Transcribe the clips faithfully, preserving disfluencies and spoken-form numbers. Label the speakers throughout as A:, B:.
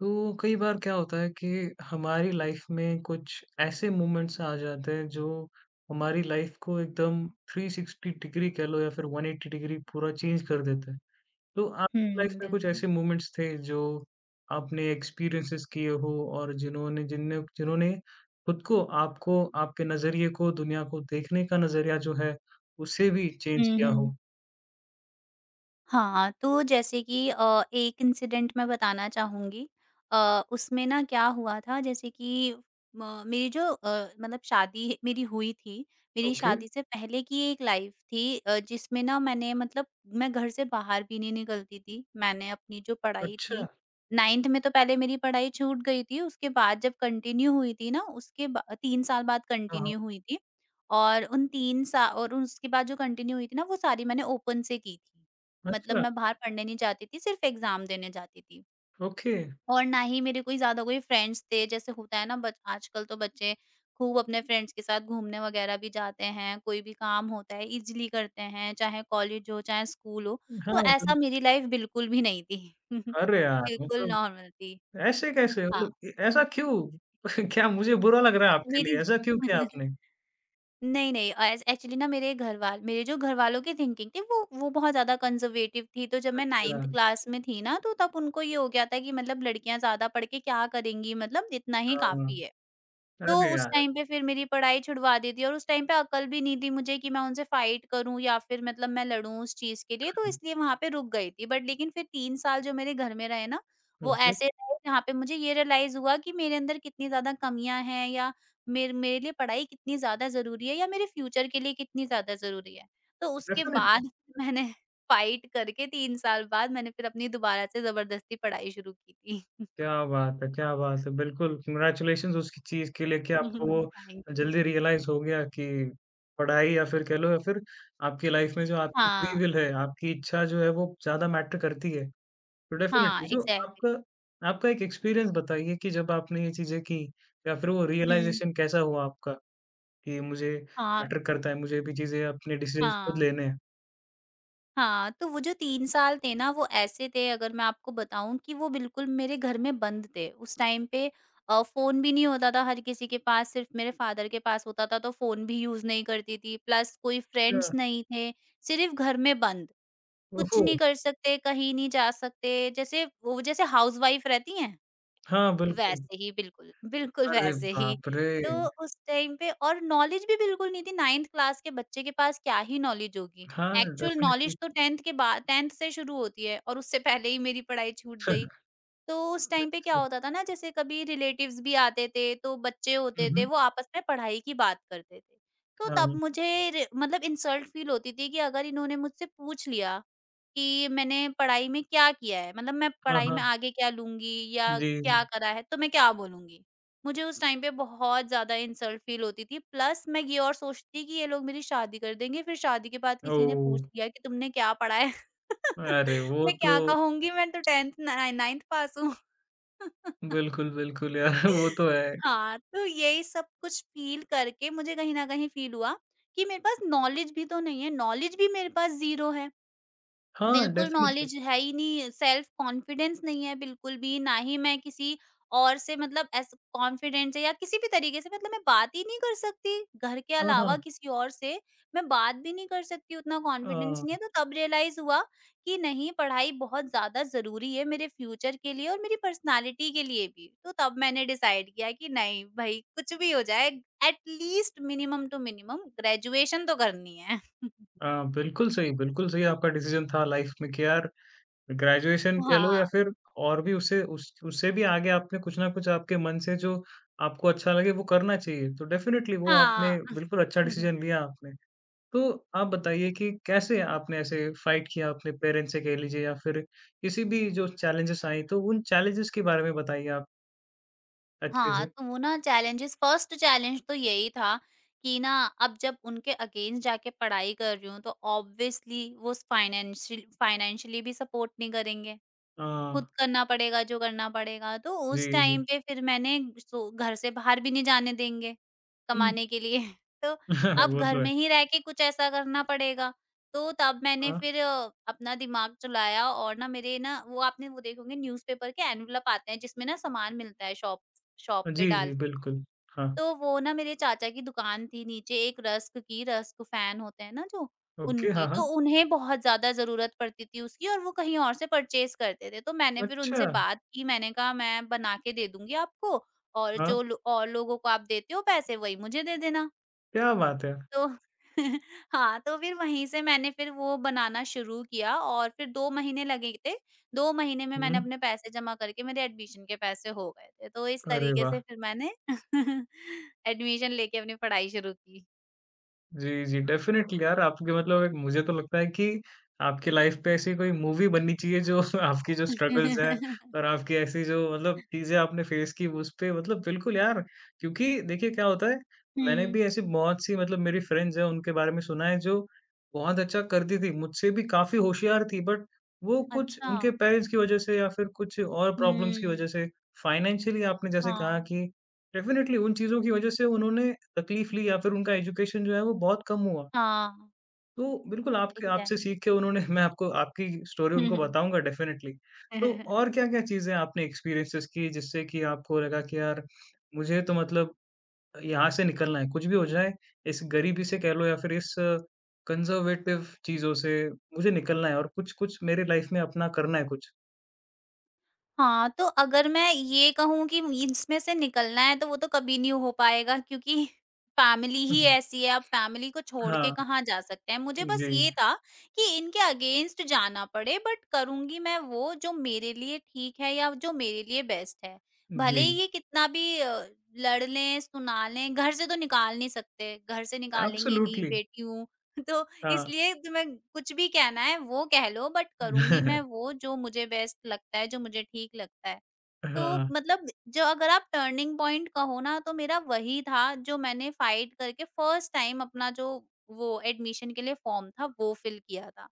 A: तो कई बार क्या होता है कि हमारी लाइफ में कुछ ऐसे मोमेंट्स आ जाते हैं जो हमारी लाइफ को एकदम थ्री सिक्सटी डिग्री कह लो या फिर वन एटी डिग्री पूरा चेंज कर देते हैं। तो आपकी लाइफ
B: हुँ,
A: में कुछ
B: बिल्कुल।
A: ऐसे मोमेंट्स थे जो आपने एक्सपीरियंसेस किए हो और जिन्होंने जिनने जिन्होंने खुद को आपको आपके नज़रिए को दुनिया को देखने का नज़रिया जो है उसे भी चेंज
B: हुँ,
A: किया
B: हुँ।
A: हो?
B: हाँ, तो जैसे कि अ, एक इंसिडेंट मैं बताना चाहूँगी। अ, उसमें ना क्या हुआ था जैसे कि म मेरी जो अ, मतलब, शादी मेरी हुई थी। मेरी
A: ओके,
B: शादी से पहले की एक लाइफ़ थी, अ, जिसमें ना मैंने मतलब मैं घर से बाहर भी नहीं निकलती थी। मैंने अपनी जो पढ़ाई
A: अच्छा।
B: थी, नाइंथ में तो पहले मेरी पढ़ाई छूट गई थी। उसके बाद जब कंटिन्यू हुई थी ना, उसके बा तीन साल बाद
A: हाँ, हाँ।
B: कंटिन्यू हुई थी, और उन तीन सा और उसके बाद जो कंटिन्यू हुई थी ना वो सारी मैंने ओपन से की थी। मतलब,
A: अच्छा,
B: मैं बाहर पढ़ने नहीं जाती थी, सिर्फ़ एग्ज़ाम देने जाती थी।
A: ओके।
B: और ना ही मेरे कोई ज़्यादा कोई फ्रेंड्स थे, जैसे होता है ना, बच आजकल तो बच्चे खूब अपने फ्रेंड्स के साथ घूमने वगैरह भी जाते हैं, कोई भी काम होता है ईज़िली करते हैं, चाहे कॉलेज हो, चाहे स्कूल हो। तो
A: हाँ,
B: ऐसा
A: बिल्कुल
B: मेरी
A: सही।
B: लाइफ़ बिल्कुल भी नहीं थी।
A: अरे यार!
B: बिल्कुल
A: मतलब
B: नॉर्मल थी।
A: ऐसे कैसे?
B: हाँ,
A: मतलब ए ऐसा क्यों? क्या मुझे बुरा लग रहा है आपके
B: मेरी
A: लिए? ऐसा क्यों किया आपने?
B: नहीं, नहीं, एस एक्चुअली ना मेरे घरवाल मेरे जो घरवालों की थिंकिंग थी, वो वो बहुत ज़्यादा कंज़र्वेटिव थी। तो जब मैं
A: अच्छा,
B: नाइंथ क्लास में थी ना, तो तब उनको ये हो गया था कि मतलब, लड़कियाँ ज़्यादा पढ़ के क्या करेंगी, मतलब इतना ही
A: हाँ।
B: काफ़ी है। तो
A: अरे
B: उस
A: यार!
B: टाइम पे फिर मेरी पढ़ाई छुड़वा दी थी, और उस टाइम पे अकल भी नहीं थी मुझे कि मैं उनसे फाइट करूँ या फिर मतलब मैं लड़ूँ उस चीज़ के लिए, तो इसलिए वहाँ पे रुक गई थी। बट लेकिन फिर तीन साल जो मेरे घर में रहे ना, वो
A: ओके,
B: ऐसे रहे जहाँ पे मुझे ये रियलाइज़ हुआ कि मेरे अंदर कितनी ज़्यादा कमियाँ हैं, या मेरे मेरे लिए पढ़ाई कितनी ज़्यादा ज़रूरी है, या मेरे फ्यूचर के लिए कितनी ज़्यादा ज़रूरी है। तो उसके
A: डेफ़िनिटली।
B: बाद मैंने फाइट करके तीन साल बाद मैंने फिर अपनी दोबारा से ज़बरदस्ती पढ़ाई शुरू की थी।
A: क्या बात है, क्या बात है! बिल्कुल, कांग्रेचुलेशंस उसकी चीज़ के लिए कि आपको वो
B: थैंक यू।
A: जल्दी रियलाइज़ हो गया कि पढ़ाई या फिर कह लो या फिर आपकी लाइफ़ में जो आपकी फ्री
B: हाँ,
A: विल है, आपकी इच्छा जो है वो ज़्यादा मैटर करती है। तो
B: हाँ,
A: डेफ़िनिटली जो आपका
B: एग्ज़ैक्टली।
A: आपका एक एक्सपीरियंस बताइए कि जब आपने ये चीज़ें की या फिर वो
B: हुँ।
A: रियलाइज़ेशन कैसा हुआ आपका? कि मुझे
B: हाँ,
A: मैटर
B: तो
A: करता है, मुझे भी चीज़ें अपने डिसीज़न्स खुद
B: हाँ,
A: लेने हैं।
B: हाँ, तो वो जो तीन साल थे ना वो ऐसे थे, अगर मैं आपको बताऊँ, कि वो बिल्कुल मेरे घर में बंद थे। उस टाइम पे अ, फ़ोन भी नहीं होता था हर किसी के पास, सिर्फ़ मेरे फ़ादर के पास होता था, तो फ़ोन भी यूज़ नहीं करती थी, प्लस कोई
A: अच्छा,
B: फ्रेंड्स नहीं थे, सिर्फ़ घर में बंद। कुछ
A: ओहो!
B: नहीं कर सकते, कहीं नहीं जा सकते, जैसे वो जैसे हाउसवाइफ़ रहती हैं।
A: हाँ, बिल्कुल।
B: वैसे ही, बिल्कुल, बिल्कुल
A: अरे
B: वैसे ही।
A: बाप रे!
B: तो उस टाइम पे और नॉलेज भी बिल्कुल नहीं थी। नाइंथ क्लास के बच्चे के पास क्या ही नॉलेज होगी।
A: हाँ,
B: एक्चुअल
A: डेफ़िनेटली।
B: नॉलेज तो टेंथ के बाद, टेंथ से शुरू होती है, और उससे पहले ही मेरी पढ़ाई छूट गई। तो उस टाइम पे क्या होता था ना, जैसे कभी रिलेटिव्स भी आते थे, तो बच्चे
A: हुँ,
B: होते थे
A: हुँ।
B: वो आपस में पढ़ाई की बात करते थे। तो
A: हाँ,
B: तब
A: हाँ।
B: मुझे रे- मतलब, इंसल्ट फील होती थी कि अगर इन्होंने मुझसे पूछ लिया कि मैंने पढ़ाई में क्या किया है, मतलब मैं
A: हाँ,
B: पढ़ाई
A: हाँ।
B: में आगे क्या लूंगी या
A: जी, जी।
B: क्या करा है, तो मैं क्या बोलूंगी। मुझे उस टाइम पे बहुत ज्यादा इंसल्ट फील होती थी, प्लस मैं ये और सोचती थी कि ये लोग मेरी शादी कर देंगे, फिर शादी के बाद किसी ने पूछ
A: ओह!
B: लिया कि तुमने क्या पढ़ा है,
A: अरे वो
B: मैं
A: तो
B: क्या कहूंगी, मैं तो टेंथ नाइन्थ पास हूँ।
A: बिल्कुल, बिल्कुल यार वो तो है।
B: हाँ, तो यही सब कुछ फ़ील करके मुझे कहीं न कहीं फ़ील हुआ कि मेरे पास नॉलेज भी तो नहीं है, नॉलेज भी मेरे पास ज़ीरो है।
A: हाँ,
B: बिल्कुल
A: डेफ़िनेटली।
B: नॉलेज है ही नहीं, सेल्फ कॉन्फिडेंस नहीं है बिल्कुल भी, ना ही मैं किसी और से मतलब ऐसे कॉन्फिडेंट है या किसी भी तरीके से, मतलब मैं बात ही नहीं कर सकती, घर के
A: हाँ, हाँ।
B: अलावा किसी और से, मैं बात भी नहीं कर सकती, उतना कॉन्फिडेंस नहीं है।
A: अ,
B: तो तब रियलाइज़ हुआ कि नहीं, पढ़ाई बहुत ज़्यादा ज़रूरी है मेरे फ्यूचर के लिए, और मेरी पर्सनैलिटी के लिए भी। तो तब मैंने डिसाइड किया कि नहीं भई, कुछ भी हो जाए at least minimum to minimum graduation तो करनी है।
A: अ, बिल्कुल सही, बिल्कुल सही आपका डिसीज़न था लाइफ़ में कि यार ग्रेजुएशन कह लो या
B: हाँ,
A: फिर और भी उससे उस उससे भी आगे आपने कुछ ना कुछ आपके मन से जो आपको अच्छा लगे वो करना चाहिए। तो डेफ़िनेटली वो आपने
B: हाँ।
A: बिल्कुल अच्छा डिसीज़न लिया आपने। तो आप बताइए कि कैसे आपने ऐसे फ़ाइट किया अपने पेरेंट्स से कह लीजिए या फिर किसी भी जो चैलेंजेज़ आई तो उन चैलेंजेज़ के बारे में बताइए आप अच्छे
B: हाँ,
A: से?
B: तो वो ना चैलेंजेस, फर्स्ट चैलेंज तो यही था कि ना, अब जब उनके अगेंस्ट जाके पढ़ाई कर रही हूँ, तो ऑब्वियसली वो फाइनेंशियल फाइनेंशियली भी सपोर्ट नहीं करेंगे,
A: हाँ।
B: खुद करना पड़ेगा जो करना पड़ेगा। तो
A: जी,
B: उस टाइम
A: जी।
B: पे फिर मैंने, सो घर से बाहर भी नहीं जाने देंगे
A: हुँ।
B: कमाने के लिए। तो अब
A: वो
B: घर
A: तो है।
B: में ही रह के कुछ ऐसा करना पड़ेगा। तो तब मैंने
A: हाँ।
B: फिर अ, अपना दिमाग चलाया, और ना मेरे ना वो आपने वो देखे होंगे न्यूज़पेपर के एनवलप आते हैं जिसमें ना सामान मिलता है, शॉप शॉप पे
A: जी,
B: डाल
A: जी,
B: के।
A: बिल्कुल। हाँ।
B: तो वो ना मेरे चाचा की दुकान थी नीचे, एक रस्क की, रस्क फैन होते हैं ना जो,
A: ओके। हाँ,
B: उनकी।
A: हाँ।
B: तो उन्हें बहुत ज़्यादा ज़रूरत पड़ती थी उसकी, और वो कहीं और से परचेज़ करते थे। तो मैंने फिर
A: अच्छा!
B: उनसे बात की, मैंने कहा मैं बना के दे दूँगी आपको, और
A: हाँ,
B: जो लो और लोगों को आप देते हो पैसे, वही मुझे दे देना।
A: क्या बात है!
B: तो हाँ, तो फिर वहीं से मैंने फिर वो बनाना शुरू किया, और फिर दो महीने लगे थे। दो महीने में मैंने
A: हुँ।
B: अपने पैसे जमा करके मेरे एडमिशन के पैसे हो गए थे। तो इस
A: अरे
B: तरीके
A: वाह!
B: से फिर मैंने एडमिशन लेके अपनी पढ़ाई शुरू की।
A: जी, जी। डेफ़िनेटली यार आपके मतलब एक मुझे तो लगता है कि आपकी लाइफ़ पे ऐसी कोई मूवी बननी चाहिए जो आपकी जो स्ट्रगल्स हैं और आपकी ऐसी जो मतलब चीज़ें आपने फेस की उस पे मतलब बिल्कुल यार क्योंकि देखिए क्या होता है, मैंने
B: हुँ,
A: भी ऐसी बहुत सी मतलब मेरी फ्रेंड्स हैं उनके बारे में सुना है जो बहुत अच्छा करती थी, मुझसे भी काफ़ी होशियार थी बट वो कुछ
B: अच्छा।
A: उनके पेरेंट्स की वज़ह से या फिर कुछ और प्रॉब्लम्स की
B: हुँ,
A: वज़ह से फ़ाइनेंशियली आपने जैसे कहा
B: हाँ।
A: कि डेफ़िनेटली उन चीज़ों की वज़ह से उन्होंने तकलीफ़ ली या फिर उनका एजुकेशन जो है वो बहुत कम हुआ।
B: हाँ,
A: तो बिल्कुल आपके आपसे
B: एग्ज़ैक्टली।
A: सीख के उन्होंने मैं आपको आपकी स्टोरी
B: हुँ,
A: उनको
B: हुँ।
A: बताऊँगा डेफ़िनेटली। तो और क्या-क्या चीज़ें आपने एक्सपीरियंसेस की जिससे कि आपको लगा कि यार मुझे तो मतलब यहाँ से निकलना है, कुछ भी हो जाए इस गरीबी से कह लो या फिर इस कंज़र्वेटिव चीज़ों से मुझे निकलना है और कुछ-कुछ मेरे लाइफ़ में अपना करना है कुछ?
B: हाँ, तो अगर मैं ये कहूँ कि इसमें से निकलना है, तो वो तो कभी नहीं हो पाएगा, क्योंकि फैमिली
A: हुँ,
B: ही
A: हुँ।
B: ऐसी है, आप फैमिली को छोड़ के
A: हाँ,
B: कहाँ जा सकते हैं। मुझे
A: जी,
B: बस ये था कि इनके अगेंस्ट जाना पड़े, बट करूँगी मैं वो जो मेरे लिए ठीक है, या जो मेरे लिए बेस्ट है। भले ही
A: जी।
B: ये कितना भी अ, लड़ लें, सुना लें, घर से तो निकाल नहीं सकते, घर से निकालेंगे नहीं,
A: एब्सोल्युटली
B: बेटी हूँ। तो
A: हाँ।
B: इसलिए तुम्हें कुछ भी कहना है वो कह लो, बट करूँगी मैं वो जो मुझे बेस्ट लगता है, जो मुझे ठीक लगता है। तो
A: हाँ,
B: मतलब, जो अगर आप टर्निंग पॉइंट कहो ना तो मेरा वही था जो मैंने फाइट करके फर्स्ट टाइम अपना जो वो एडमिशन के लिए फॉर्म था वो फिल किया था।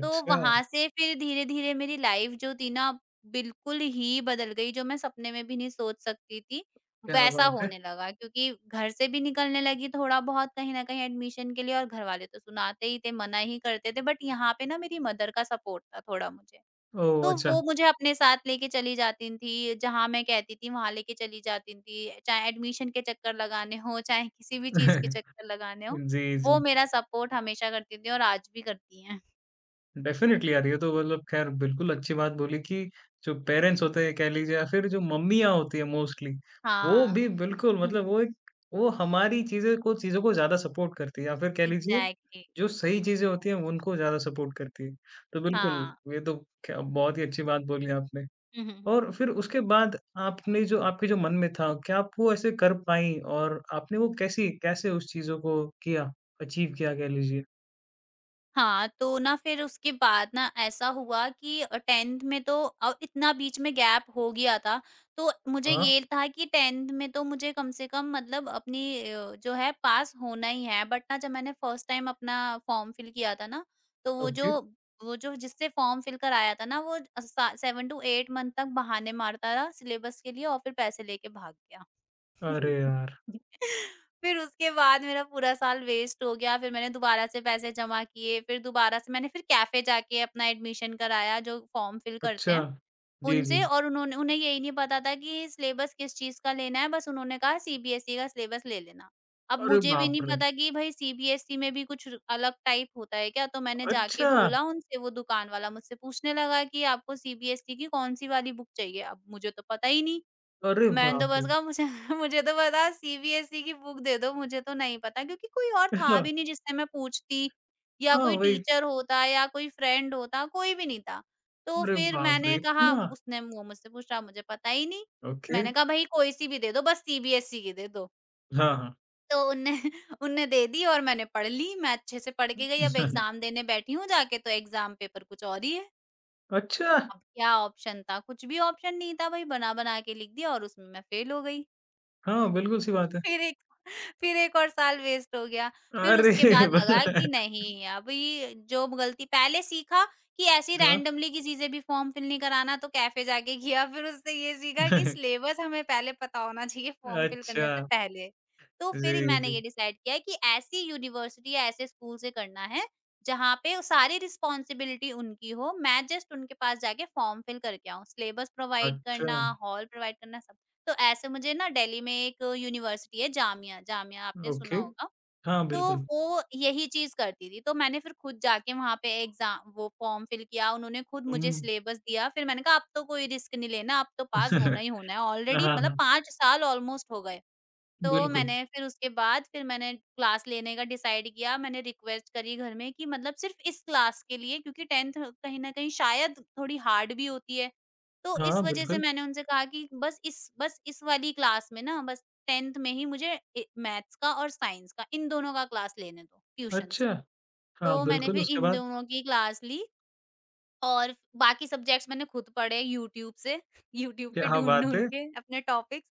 B: तो वहाँ से फिर धीरे-धीरे मेरी लाइफ जो थी ना बिल्कुल ही बदल गई, जो मैं सपने में भी नहीं सोच सकती थी,
A: क्या
B: वैसा
A: बात है!
B: होने लगा, क्योंकि घर से भी निकलने लगी थोड़ा-बहुत कहीं न कहीं एडमिशन के लिए, और घरवाले तो सुनाते ही थे, मना ही करते थे, बट यहाँ पे ना मेरी मदर का सपोर्ट था थोड़ा मुझे।
A: ओह!
B: तो
A: अच्छा।
B: वो मुझे अपने साथ लेके चली जाती थी, जहाँ मैं कहती थी वहाँ लेके चली जाती थी, चाहे एडमिशन के चक्कर लगाने हों, चाहे किसी भी चीज़ के चक्कर लगाने हों,
A: जी,
B: वो
A: जी।
B: मेरा सपोर्ट हमेशा करती थी, और आज भी करती हैं।
A: डेफ़िनिटली यार, ये तो मतलब ख़ैर बिल्कुल अच्छी बात बोली कि जो पेरेंट्स होते हैं कह लीजिए या फिर जो मम्मियाँ होती हैं मोस्टली, वो भी
B: हाँ।
A: बिल्कुल
B: हुँ,
A: मतलब
B: हुँ।
A: वो एक वो हमारी चीज़ें को चीज़ों को ज़्यादा सपोर्ट करती है या फिर कह लीजिए
B: एग्ज़ैक्टली।
A: जो सही चीज़ें होती हैं उनको ज़्यादा सपोर्ट करती है। तो
B: हाँ।
A: बिल्कुल, ये तो क्या बहुत ही अच्छी बात बोली आपने।
B: हुँ, हुँ, हुँ।
A: और फिर उसके बाद आपने जो आपके जो मन में था, क्या आप वो ऐसे कर पाईं और आपने वो कैसी कैसे उस चीज़ों को किया, अचीव किया कह लीजिए?
B: हाँ, तो ना फिर उसके बाद ना ऐसा हुआ कि अ, टेंथ में तो अ, इतना बीच में गैप हो गया था, तो मुझे
A: हाँ,
B: ये था कि टेंथ में तो मुझे कम से कम मतलब अपनी अ, जो है पास होना ही है। बट ना जब मैंने फर्स्ट टाइम अपना फॉर्म फिल किया था ना, तो वो
A: ओके।
B: जो वो जो जिससे फॉर्म फिल कराया था ना, वो अ, सा सेवन टू एट मंथ तक बहाने मारता रहा सिलेबस के लिए, और फिर पैसे लेके भाग गया।
A: अरे यार!
B: फिर उसके बाद मेरा पूरा साल वेस्ट हो गया, फिर मैंने दोबारा से पैसे जमा किए, फिर दोबारा से मैंने फिर कैफ़े जाके अपना एडमिशन कराया जो फ़ॉर्म फिल करते
A: अच्छा।
B: हैं,
A: जी,
B: उनसे,
A: जी।
B: और उन्होंने उन्हें यही नहीं पता था कि सिलेबस किस चीज़ का लेना है, बस उन्होंने कहा सी बी एस ई का सिलेबस ले लेना। अब
A: अरे
B: मुझे भी
A: बाप
B: नहीं
A: रे!
B: पता कि भई सी बी एस ई में भी कुछ अलग टाइप होता है क्या? तो मैंने जाके
A: अच्छा!
B: बोला उनसे, वो दुकान वाला मुझसे पूछने लगा कि आपको सी बी एस ई की कौन-सी वाली बुक चाहिए? अब मुझे तो पता ही नहीं।
A: अरे
B: मैंने तो
A: बाप
B: बस
A: रे!
B: कहा मुझे, मुझे तो पता, सी बी एस ई की बुक दे दो मुझे तो नहीं पता, क्योंकि कोई और था
A: अच्छा,
B: भी नहीं जिससे मैं पूछती, या
A: हाँ,
B: कोई
A: वही।
B: टीचर होता या कोई फ्रेंड होता, कोई भी नहीं था। तो
A: अरे
B: फिर
A: बाप रे!
B: मैंने कहा
A: इतना?
B: उसने वो मुझसे पूछा, मुझे पता ही नहीं।
A: ओके।
B: मैंने कहा भई कोई-सी भी दे दो, बस सी बी एस ई की दे दो।
A: हाँ, हाँ।
B: तो उनने उनने दे दी और मैंने पढ़ ली, मैं अच्छे से पढ़ के गई, अब एग्ज़ाम देने बैठी हूँ जाके तो एग्ज़ाम पेपर कुछ और ही है।
A: अच्छा!
B: अब क्या ऑप्शन था? कुछ भी ऑप्शन नहीं था भाई, बना-बना के लिख दिया और उसमें मैं फेल हो गई।
A: हाँ, बिल्कुल सी बात है।
B: फिर एक फिर एक और साल वेस्ट हो गया। फिर
A: अरे
B: उसके बाद लगा
A: वाह,
B: कि नहीं, अभी जो गलती पहले सीखा कि ऐसे ही
A: हाँ।
B: रैंडमली किसी से भी फॉर्म फिल नहीं कराना, तो कैफ़े जाके किया। फिर उससे ये सीखा कि सिलेबस हमें पहले पता होना चाहिए फॉर्म फिल
A: अच्छा।
B: करने से पहले। तो
A: जी,
B: फिर मैंने
A: जी।
B: ये डिसाइड किया कि ऐसी यूनिवर्सिटी या ऐसे स्कूल से करना है, जहाँ पे सारी रिस्पॉन्सिबिलिटी उनकी हो, मैं जस्ट उनके पास जाके फॉर्म फिल करके आऊँ। सिलेबस प्रोवाइड
A: अच्छा,
B: करना, हॉल प्रोवाइड करना, सब। तो ऐसे मुझे ना, दिल्ली में एक यूनिवर्सिटी है जामिया, जामिया आपने
A: ओके।
B: सुना होगा।
A: हाँ,
B: तो
A: बिल्कुल।
B: वो यही चीज़ करती थी, तो मैंने फिर खुद जाके वहाँ पे एग्ज़ाम वो फॉर्म फिल किया, उन्होंने खुद मुझे
A: हुँ।
B: सिलेबस दिया, फिर मैंने कहा अब तो कोई रिस्क नहीं लेना, अब तो पास होना ही होना है, ऑलरेडी
A: हाँ,
B: मतलब
A: हाँ।
B: पाँच साल ऑलमोस्ट हो गए। तो
A: बिल्कुल।
B: मैंने फिर उसके बाद फिर मैंने क्लास लेने का डिसाइड किया। मैंने रिक्वेस्ट करी घर में कि मतलब सिर्फ़ इस क्लास के लिए, क्योंकि टेंथ कहीं न कहीं शायद थोड़ी हार्ड भी होती है। तो
A: हाँ,
B: इस वज़ह से
A: बिल्कुल।
B: मैंने उनसे कहा कि बस इस बस इस वाली क्लास में ना, बस टेंथ में ही मुझे ए मैथ्स का और साइंस का, इन दोनों का क्लास लेने दो, ट्यूशन
A: अच्छा!
B: से।
A: हाँ,
B: तो मैंने
A: बिल्कुल
B: फिर
A: उसके
B: इन
A: बाद
B: दोनों की क्लास ली, और बाकी सब्जेक्ट्स मैंने खुद पढ़े यूट्यूब से, यूट्यूब पे
A: क्या बात
B: ढूँढ-ढूँढ
A: है!
B: के अपने टॉपिक्स।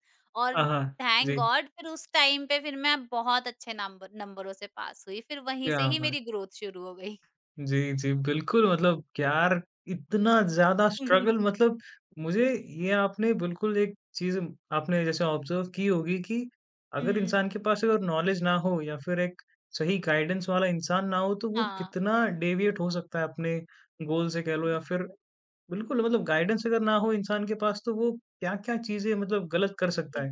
A: हाँ,
B: और
A: हाँ।
B: थैंक
A: जी।
B: गॉड, फिर उस टाइम पे फिर मैं बहुत अच्छे नंबर नंबरों से पास हुई, फिर वहीं
A: क्या
B: से ही
A: बात!
B: मेरी ग्रोथ शुरू हो गई।
A: जी, जी, बिल्कुल मतलब यार इतना ज़्यादा स्ट्रगल मतलब मुझे ये आपने बिल्कुल एक चीज़ आपने जैसे ऑब्ज़र्व की होगी कि अगर
B: हुँ।
A: इंसान के पास अगर नॉलेज ना हो या फिर एक सही गाइडेंस वाला इंसान ना हो, तो वो
B: हाँ,
A: कितना डेविएट हो सकता है अपने गोल से कह लो या फिर बिल्कुल मतलब गाइडेंस अगर ना हो इंसान के पास तो वो क्या-क्या चीज़ें मतलब गलत कर सकता है।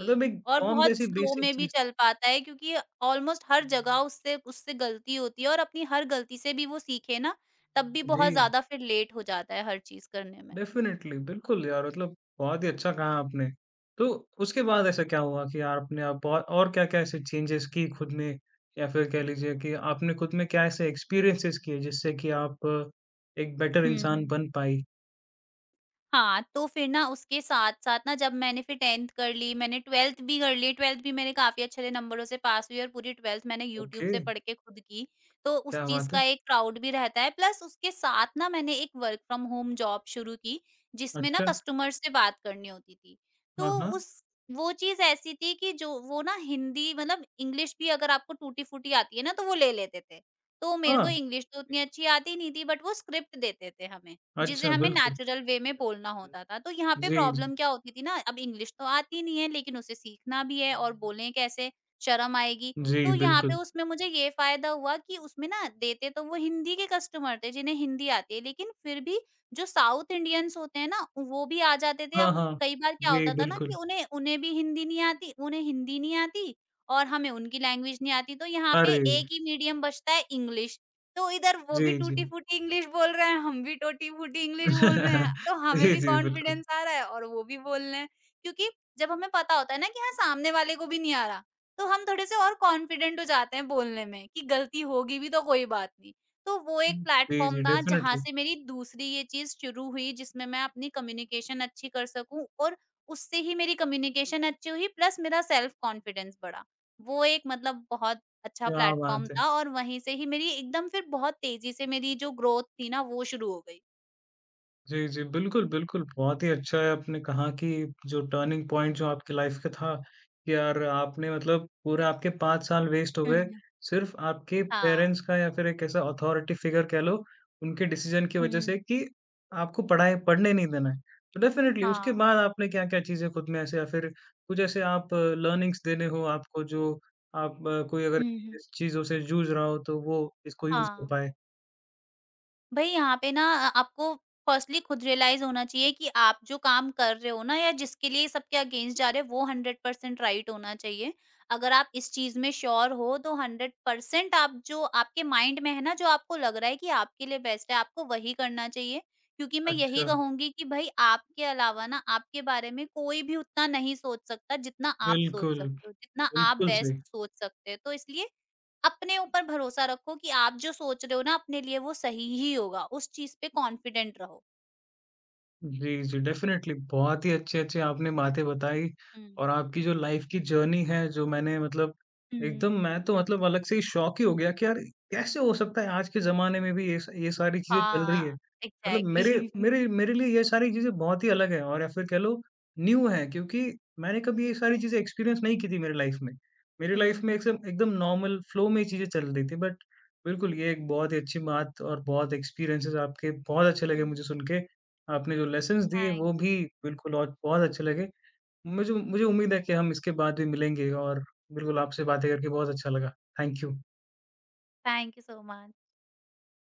A: मतलब एक
B: और
A: फॉर्म
B: बहुत
A: जैसी
B: स्लो
A: बेसिक
B: में भी
A: चीज़
B: चल पाता है, क्योंकि ऑलमोस्ट हर जगह उससे उससे गलती होती है, और अपनी हर गलती से भी वो सीखे ना, तब भी
A: जी।
B: बहुत ज़्यादा फिर लेट हो जाता है हर चीज़ करने में।
A: डेफ़िनेटली, बिल्कुल यार मतलब बहुत ही अच्छा कहा आपने। तो उसके बाद
B: हुँ।
A: ऐसा क्या हुआ कि यार आपने आप बहुत और क्या-क्या ऐसे चेंजेस की खुद में? या फिर कह लीजिए कि आपने खुद में क्या ऐसे एक्सपीरियंसेस किए जिससे कि आप एक बेटर
B: हुँ,
A: इंसान
B: हुँ।
A: बन पाई?
B: हाँ, तो फिर ना, उसके साथ-साथ ना, जब मैंने फिर टेंथ कर ली, मैंने ट्वेल्थ भी कर ली, ट्वेल्थ भी मैंने काफ़ी अच्छे नंबरों से पास हुई, और पूरी ट्वेल्थ मैंने यूट्यूब
A: ओके,
B: से पढ़ के खुद की। तो उस
A: क्या
B: चीज़
A: बात है!
B: का एक प्राउड भी रहता है, प्लस उसके साथ ना, मैंने एक वर्क फ्रॉम होम जॉब शुरू की, जिसमें ना
A: अच्छा,
B: कस्टमर से बात करनी होती थी। तो
A: हाँ, हाँ।
B: उस वो चीज़ ऐसी थी कि जो वो ना हिंदी, मतलब इंग्लिश भी अगर आपको टूटी-फूटी आती है ना, तो वो ले लेते थे। तो मेरे
A: हाँ,
B: को इंग्लिश तो उतनी अच्छी आती नहीं थी, बट वो स्क्रिप्ट देते थे हमें, जिसे
A: अच्छा
B: हमें
A: बिल्कुल।
B: नेचुरल वे में बोलना होता था। तो यहाँ पे
A: जी, जी।
B: प्रॉब्लम क्या होती थी ना, अब इंग्लिश तो आती नहीं है, लेकिन उसे सीखना भी है, और बोलें कैसे, शर्म आएगी।
A: जी,
B: तो यहाँ
A: बिल्कुल।
B: पे उसमें मुझे ये फ़ायदा हुआ कि उसमें ना, देते तो वो हिंदी के कस्टमर थे जिन्हें हिंदी आती है, लेकिन फिर भी जो साउथ इंडियंस होते हैं ना, वो भी आ जाते थे।
A: हाँ,
B: अब
A: हाँ।
B: कई बार क्या
A: जी,
B: होता था ना, कि
A: बिल्कुल।
B: उन्हें उन्हें भी हिंदी नहीं आती, उन्हें हिंदी नहीं आती, और हमें उनकी लैंग्वेज नहीं आती। तो यहाँ पे
A: अरे!
B: एक ही मीडियम बचता है, इंग्लिश। तो इधर वो
A: जी,
B: भी
A: जी।
B: टूटी-फूटी इंग्लिश बोल रहे हैं, हम भी टूटी-फूटी इंग्लिश बोल रहे हैं, तो हमें
A: जी,
B: भी
A: जी, बिल्कुल।
B: कॉन्फिडेंस आ रहा है और वो भी बोल रहे हैं। क्योंकि जब हमें पता होता है ना कि हाँ, सामने वाले को भी नहीं आ रहा, तो हम थोड़े-से और कॉन्फिडेंट हो जाते हैं बोलने में, कि गलती होगी भी तो कोई बात नहीं। तो वो एक
A: जी,
B: प्लेटफ़ॉर्म
A: जी,
B: था जहाँ
A: डेफ़िनेटली।
B: से मेरी दूसरी ये चीज़ शुरू हुई, जिसमें मैं अपनी कम्युनिकेशन अच्छी कर सकूँ, और उससे ही मेरी कम्युनिकेशन अच्छी हुई, प्लस मेरा सेल्फ कॉन्फिडेंस बढ़ा। वो एक मतलब बहुत अच्छा
A: क्या
B: प्लेटफ़ॉर्म
A: बात है!
B: था, और वहीं से ही मेरी एकदम फिर बहुत तेज़ी से मेरी जो ग्रोथ थी ना, वो शुरू हो गई।
A: जी, जी, बिल्कुल, बिल्कुल, बहुत ही अच्छा है आपने कहा कि जो टर्निंग पॉइंट जो आपकी लाइफ़ का था, कि यार आपने मतलब पूरा आपके पाँच साल वेस्ट हो
B: हुँ, हुँ,
A: गए,
B: हुँ।
A: सिर्फ़ आपके
B: हाँ।
A: पेरेंट्स का या फिर एक ऐसा अथॉरिटी फ़िगर कह लो, उनके डिसीज़न की वज़ह
B: हुँ।
A: से कि आपको पढ़ाई पढ़ने नहीं देना है। तो डेफ़िनिटली उसके
B: हाँ।
A: बाद आपने क्या-क्या चीज़ें खुद में ऐसे या फिर कुछ ऐसे आप लर्निंग्स देने हो आपको जो आप अ, कोई अगर
B: हुँ, हुँ।
A: इस चीज़ों से जूझ रहा हो, तो वो इसको यूज़ कर
B: हाँ।
A: पाएँ।
B: भई यहाँ पे ना, अ, आपको फर्स्टली खुद रियलाइज़ होना चाहिए कि आप जो काम कर रहे हो ना, या जिसके लिए सबके अगेंस्ट जा रहे हो, वो हंड्रेड परसेंट राइट होना चाहिए। अगर आप इस चीज़ में श्योर हो, तो हंड्रेड परसेंट आप जो आपके माइंड में है ना, जो आपको लग रहा है कि आपके लिए बेस्ट है, आपको वही करना चाहिए। क्योंकि मैं यही
A: अच्छा,
B: कहूँगी कि भई आपके अलावा ना, आपके बारे में कोई भी उतना नहीं सोच सकता जितना आप सोच
A: बिल्कुल।
B: सकते हो, जितना
A: é
B: आप
A: impossível
B: बेस्ट
A: sei
B: सोच सकते हो। तो इसलिए अपने ऊपर भरोसा रखो कि आप जो सोच रहे हो ना अपने लिए, वो सही ही होगा, उस चीज़ पे कॉन्फिडेंट रहो।
A: जी, जी, डेफ़िनेटली बहुत ही अच्छी-अच्छी आपने बातें बताई
B: हुँ।
A: और आपकी जो लाइफ़ की जर्नी है, जो मैंने मतलब
B: हुँ।
A: एकदम मैं तो मतलब अलग से ही शॉक ही हो गया कि यार कैसे हो सकता है आज के ज़माने में भी ये स ये सारी चीज़ें चल रही है।
B: हाँ,
A: मतलब मेरे
B: एग्ज़ैक्टली।
A: मेरे मेरे लिए ये सारी चीज़ें बहुत ही अलग है और या फिर कह लो न्यू है क्योंकि मैंने कभी ये सारी चीज़ें एक्सपीरियंस नहीं की थी मेरी लाइफ़ में। मेरी लाइफ़
B: हुँ,
A: में एक
B: हुँ।
A: एकदम नॉर्मल फ्लो में ही चीज़ें चल रही थी बट बिल्कुल ये एक बहुत ही अच्छी बात और बहुत एक्सपीरियंसेस आपके बहुत अच्छे
B: हुँ,
A: लगे
B: हुँ।
A: मुझे सुन के। आपने जो लेसन्स दिए
B: थैंक
A: वो भी बिल्कुल और बहुत अच्छे लगे। मुझे मुझे उम्मीद है कि हम इसके बाद भी मिलेंगे और बिल्कुल आपसे बातें करके बहुत अच्छा लगा। Thank you.
B: Thank you so much.